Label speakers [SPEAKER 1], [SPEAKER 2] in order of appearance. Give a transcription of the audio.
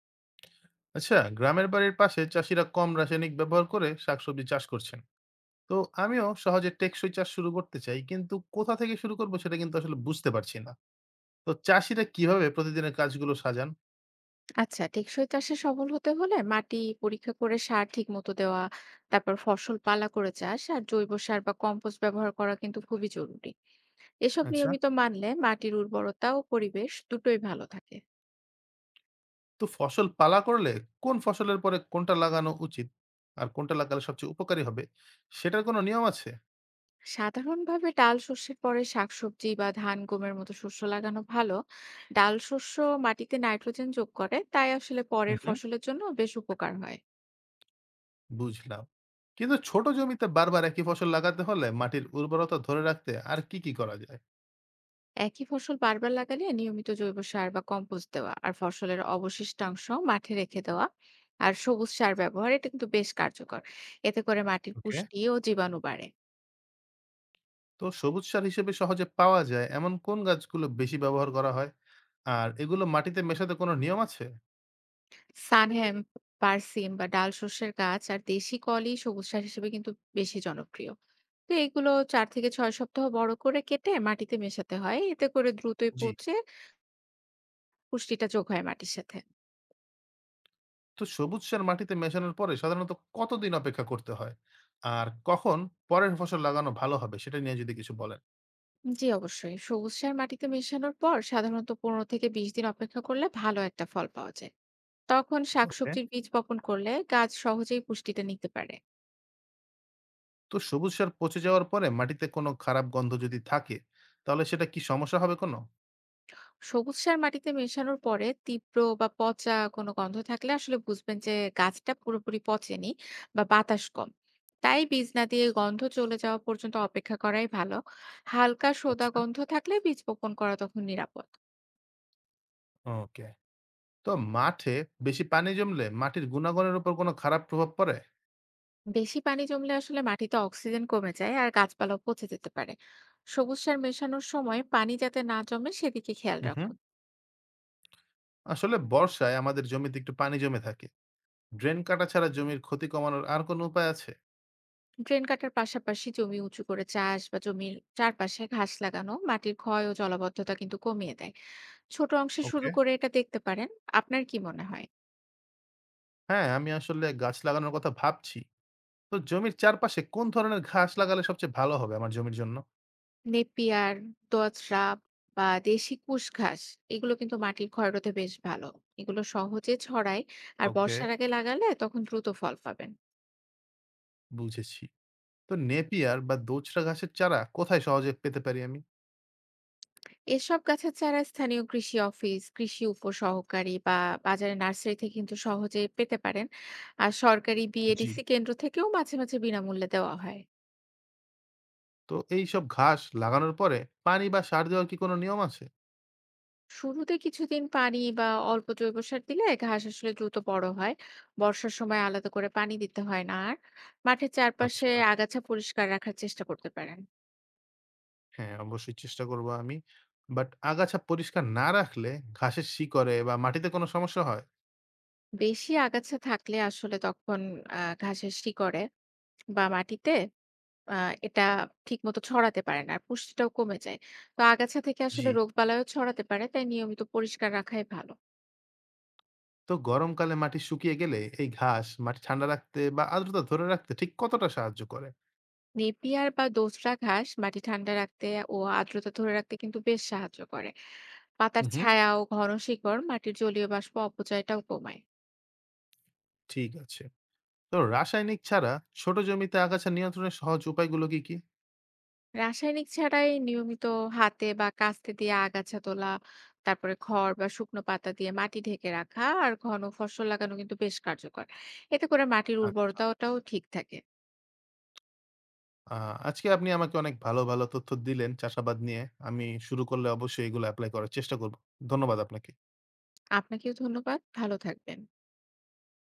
[SPEAKER 1] আচ্ছা, গ্রামের বাড়ির পাশে চাষিরা কম রাসায়নিক ব্যবহার করে শাকসবজি চাষ করছেন। তো আমিও সহজে টেকসই চাষ শুরু করতে চাই, কিন্তু কোথা থেকে শুরু করবো সেটা কিন্তু আসলে বুঝতে পারছি না। তো চাষিরা কিভাবে প্রতিদিনের কাজগুলো সাজান?
[SPEAKER 2] আচ্ছা, টেকসই চাষে সফল হতে হলে মাটি পরীক্ষা করে সার ঠিক মতো দেওয়া, তারপর ফসল পালা করে চাষ আর জৈব সার বা কম্পোস্ট ব্যবহার করা কিন্তু খুবই জরুরি। এসব
[SPEAKER 1] আচ্ছা।
[SPEAKER 2] নিয়মিত মানলে মাটির উর্বরতা ও পরিবেশ দুটোই ভালো থাকে।
[SPEAKER 1] তো ফসল পালা করলে কোন ফসলের পরে কোনটা লাগানো উচিত, আর কোনটা লাগালে সবচেয়ে উপকারী হবে, সেটার কোনো নিয়ম আছে?
[SPEAKER 2] সাধারণভাবে ডাল শস্যের পরে শাকসবজি বা ধান গমের মতো শস্য লাগানো ভালো। ডাল শস্য মাটিতে নাইট্রোজেন যোগ করে, তাই আসলে পরের
[SPEAKER 1] হুম,
[SPEAKER 2] ফসলের জন্য বেশ উপকার হয়।
[SPEAKER 1] বুঝলাম। কিন্তু ছোট জমিতে বারবার একই ফসল লাগাতে হলে মাটির উর্বরতা ধরে রাখতে আর কি কি করা যায়?
[SPEAKER 2] একই ফসল বারবার লাগালে নিয়মিত জৈব সার বা কম্পোস্ট দেওয়া আর ফসলের অবশিষ্টাংশ মাঠে রেখে দেওয়া আর সবুজ সার ব্যবহার এটা কিন্তু বেশ কার্যকর। এতে করে মাটির
[SPEAKER 1] ওকে।
[SPEAKER 2] পুষ্টি ও জীবাণু বাড়ে।
[SPEAKER 1] তো সবুজ সার হিসেবে সহজে পাওয়া যায় এমন কোন গাছগুলো বেশি ব্যবহার করা হয়? আর এগুলো মাটিতে মেশাতে কোনো নিয়ম আছে?
[SPEAKER 2] সানহ্যাম, পারসিম বা ডাল শস্যের গাছ আর দেশি কলই সবুজ সার হিসেবে কিন্তু বেশি জনপ্রিয়। তো এগুলো 4 থেকে 6 সপ্তাহ বড় করে কেটে মাটিতে মেশাতে হয়, এতে করে দ্রুতই
[SPEAKER 1] জি।
[SPEAKER 2] পচে পুষ্টিটা যোগ হয় মাটির সাথে।
[SPEAKER 1] তো সবুজ সার মাটিতে মেশানোর পরে সাধারণত কতদিন অপেক্ষা করতে হয়, আর কখন পরের ফসল লাগানো ভালো হবে সেটা নিয়ে যদি কিছু বলেন।
[SPEAKER 2] জি, অবশ্যই সবুজ সার মাটিতে মেশানোর পর সাধারণত 15 থেকে 20 দিন অপেক্ষা করলে ভালো একটা ফল পাওয়া যায়। তখন
[SPEAKER 1] ওকে।
[SPEAKER 2] শাকসবজির বীজ বপন করলে গাছ সহজেই পুষ্টিটা নিতে পারে।
[SPEAKER 1] তো সবুজ সার পচে যাওয়ার পরে মাটিতে কোনো খারাপ গন্ধ যদি থাকে, তাহলে সেটা কি সমস্যা হবে কোনো?
[SPEAKER 2] সবুজ সার মাটিতে মেশানোর পরে তীব্র বা পচা কোনো গন্ধ থাকলে আসলে বুঝবেন যে গাছটা পুরোপুরি পচেনি বা বাতাস কম। তাই বীজ না দিয়ে গন্ধ চলে যাওয়া পর্যন্ত অপেক্ষা করাই ভালো। হালকা সোদা
[SPEAKER 1] আচ্ছা।
[SPEAKER 2] গন্ধ থাকলে বীজ বপন করা তখন নিরাপদ।
[SPEAKER 1] ওকে। তো মাঠে বেশি পানি জমলে মাটির গুণাগুণের উপর কোনো খারাপ প্রভাব পড়ে?
[SPEAKER 2] বেশি পানি জমলে আসলে মাটিতে অক্সিজেন কমে যায় আর গাছপালাও পচে যেতে পারে। সবুজ সার মেশানোর সময় পানি যাতে না জমে সেদিকে খেয়াল
[SPEAKER 1] হুম হুম।
[SPEAKER 2] রাখুন।
[SPEAKER 1] আসলে বর্ষায় আমাদের জমিতে একটু পানি জমে থাকে। ড্রেন কাটা ছাড়া জমির ক্ষতি কমানোর আর কোনো উপায় আছে?
[SPEAKER 2] ড্রেন কাটার পাশাপাশি জমি উঁচু করে চাষ বা জমির চারপাশে ঘাস লাগানো মাটির ক্ষয় ও জলাবদ্ধতা কিন্তু কমিয়ে দেয়। ছোট অংশে শুরু
[SPEAKER 1] ওকে।
[SPEAKER 2] করে এটা দেখতে পারেন। আপনার কি মনে হয়?
[SPEAKER 1] হ্যাঁ, আমি আসলে গাছ লাগানোর কথা ভাবছি। তো জমির চারপাশে কোন ধরনের ঘাস লাগালে সবচেয়ে ভালো হবে আমার জমির জন্য?
[SPEAKER 2] নেপিয়ার, দোআঁশরা বা দেশি কুশ ঘাস, এগুলো কিন্তু মাটির ক্ষয় রোধে বেশ ভালো। এগুলো সহজে ছড়ায়, আর
[SPEAKER 1] ওকে,
[SPEAKER 2] বর্ষার আগে লাগালে তখন দ্রুত ফল পাবেন।
[SPEAKER 1] বুঝেছি। তো নেপিয়ার বা দোচরা ঘাসের চারা কোথায় সহজে পেতে পারি আমি?
[SPEAKER 2] এসব গাছের চারা স্থানীয় কৃষি অফিস, কৃষি উপসহকারী বা বাজারে নার্সারি থেকে কিন্তু সহজেই পেতে পারেন। আর সরকারি
[SPEAKER 1] জি।
[SPEAKER 2] বিএডিসি কেন্দ্র থেকেও মাঝে, মাঝে বিনামূল্যে দেওয়া হয়।
[SPEAKER 1] তো এই সব ঘাস লাগানোর পরে পানি বা সার দেওয়ার কি কোনো নিয়ম আছে?
[SPEAKER 2] শুরুতে কিছুদিন পানি বা অল্প জৈব সার দিলে ঘাস আসলে দ্রুত বড় হয়। বর্ষার সময় আলাদা করে পানি দিতে হয় না আর। মাঠের চারপাশে
[SPEAKER 1] আচ্ছা।
[SPEAKER 2] আগাছা পরিষ্কার রাখার চেষ্টা করতে পারেন।
[SPEAKER 1] হ্যাঁ, অবশ্যই চেষ্টা করব আমি। বাট আগাছা পরিষ্কার না রাখলে ঘাসের শিকড়ে বা মাটিতে কোনো সমস্যা হয়?
[SPEAKER 2] বেশি আগাছা থাকলে আসলে তখন ঘাসের শিকড়ে বা মাটিতে আ এটা ঠিকমতো ছড়াতে পারে না। আর পুষ্টিটাও কমে যায়। তো আগাছা থেকে
[SPEAKER 1] জি।
[SPEAKER 2] আসলে রোগবালাইও ছড়াতে পারে। তাই নিয়মিত পরিষ্কার রাখাই ভালো।
[SPEAKER 1] তো গরমকালে মাটি শুকিয়ে গেলে এই ঘাস মাটি ঠান্ডা রাখতে বা আর্দ্রতা ধরে রাখতে ঠিক কতটা সাহায্য করে?
[SPEAKER 2] নেপিয়ার বা দোসরা ঘাস মাটি ঠান্ডা রাখতে ও আর্দ্রতা ধরে রাখতে কিন্তু বেশ সাহায্য করে।
[SPEAKER 1] হুম
[SPEAKER 2] পাতার
[SPEAKER 1] হুম,
[SPEAKER 2] ছায়া ও ঘন শিকড় মাটির জলীয় বাষ্প অপচয়টাও কমায়।
[SPEAKER 1] ঠিক আছে। তো রাসায়নিক ছাড়া ছোট জমিতে আগাছা নিয়ন্ত্রণের সহজ উপায়গুলো কি কি?
[SPEAKER 2] রাসায়নিক ছাড়াই নিয়মিত হাতে বা কাস্তে দিয়ে আগাছা তোলা, তারপরে খড় বা শুকনো পাতা দিয়ে মাটি ঢেকে রাখা আর ঘন ফসল লাগানো কিন্তু বেশ কার্যকর। এতে করে মাটির
[SPEAKER 1] আচ্ছা।
[SPEAKER 2] উর্বরতাটাও ঠিক থাকে।
[SPEAKER 1] আজকে আপনি আমাকে অনেক ভালো ভালো তথ্য দিলেন চাষাবাদ নিয়ে। আমি শুরু করলে অবশ্যই এগুলো অ্যাপ্লাই করার চেষ্টা করব। ধন্যবাদ আপনাকে।
[SPEAKER 2] আপনাকেও ধন্যবাদ। ভালো থাকবেন।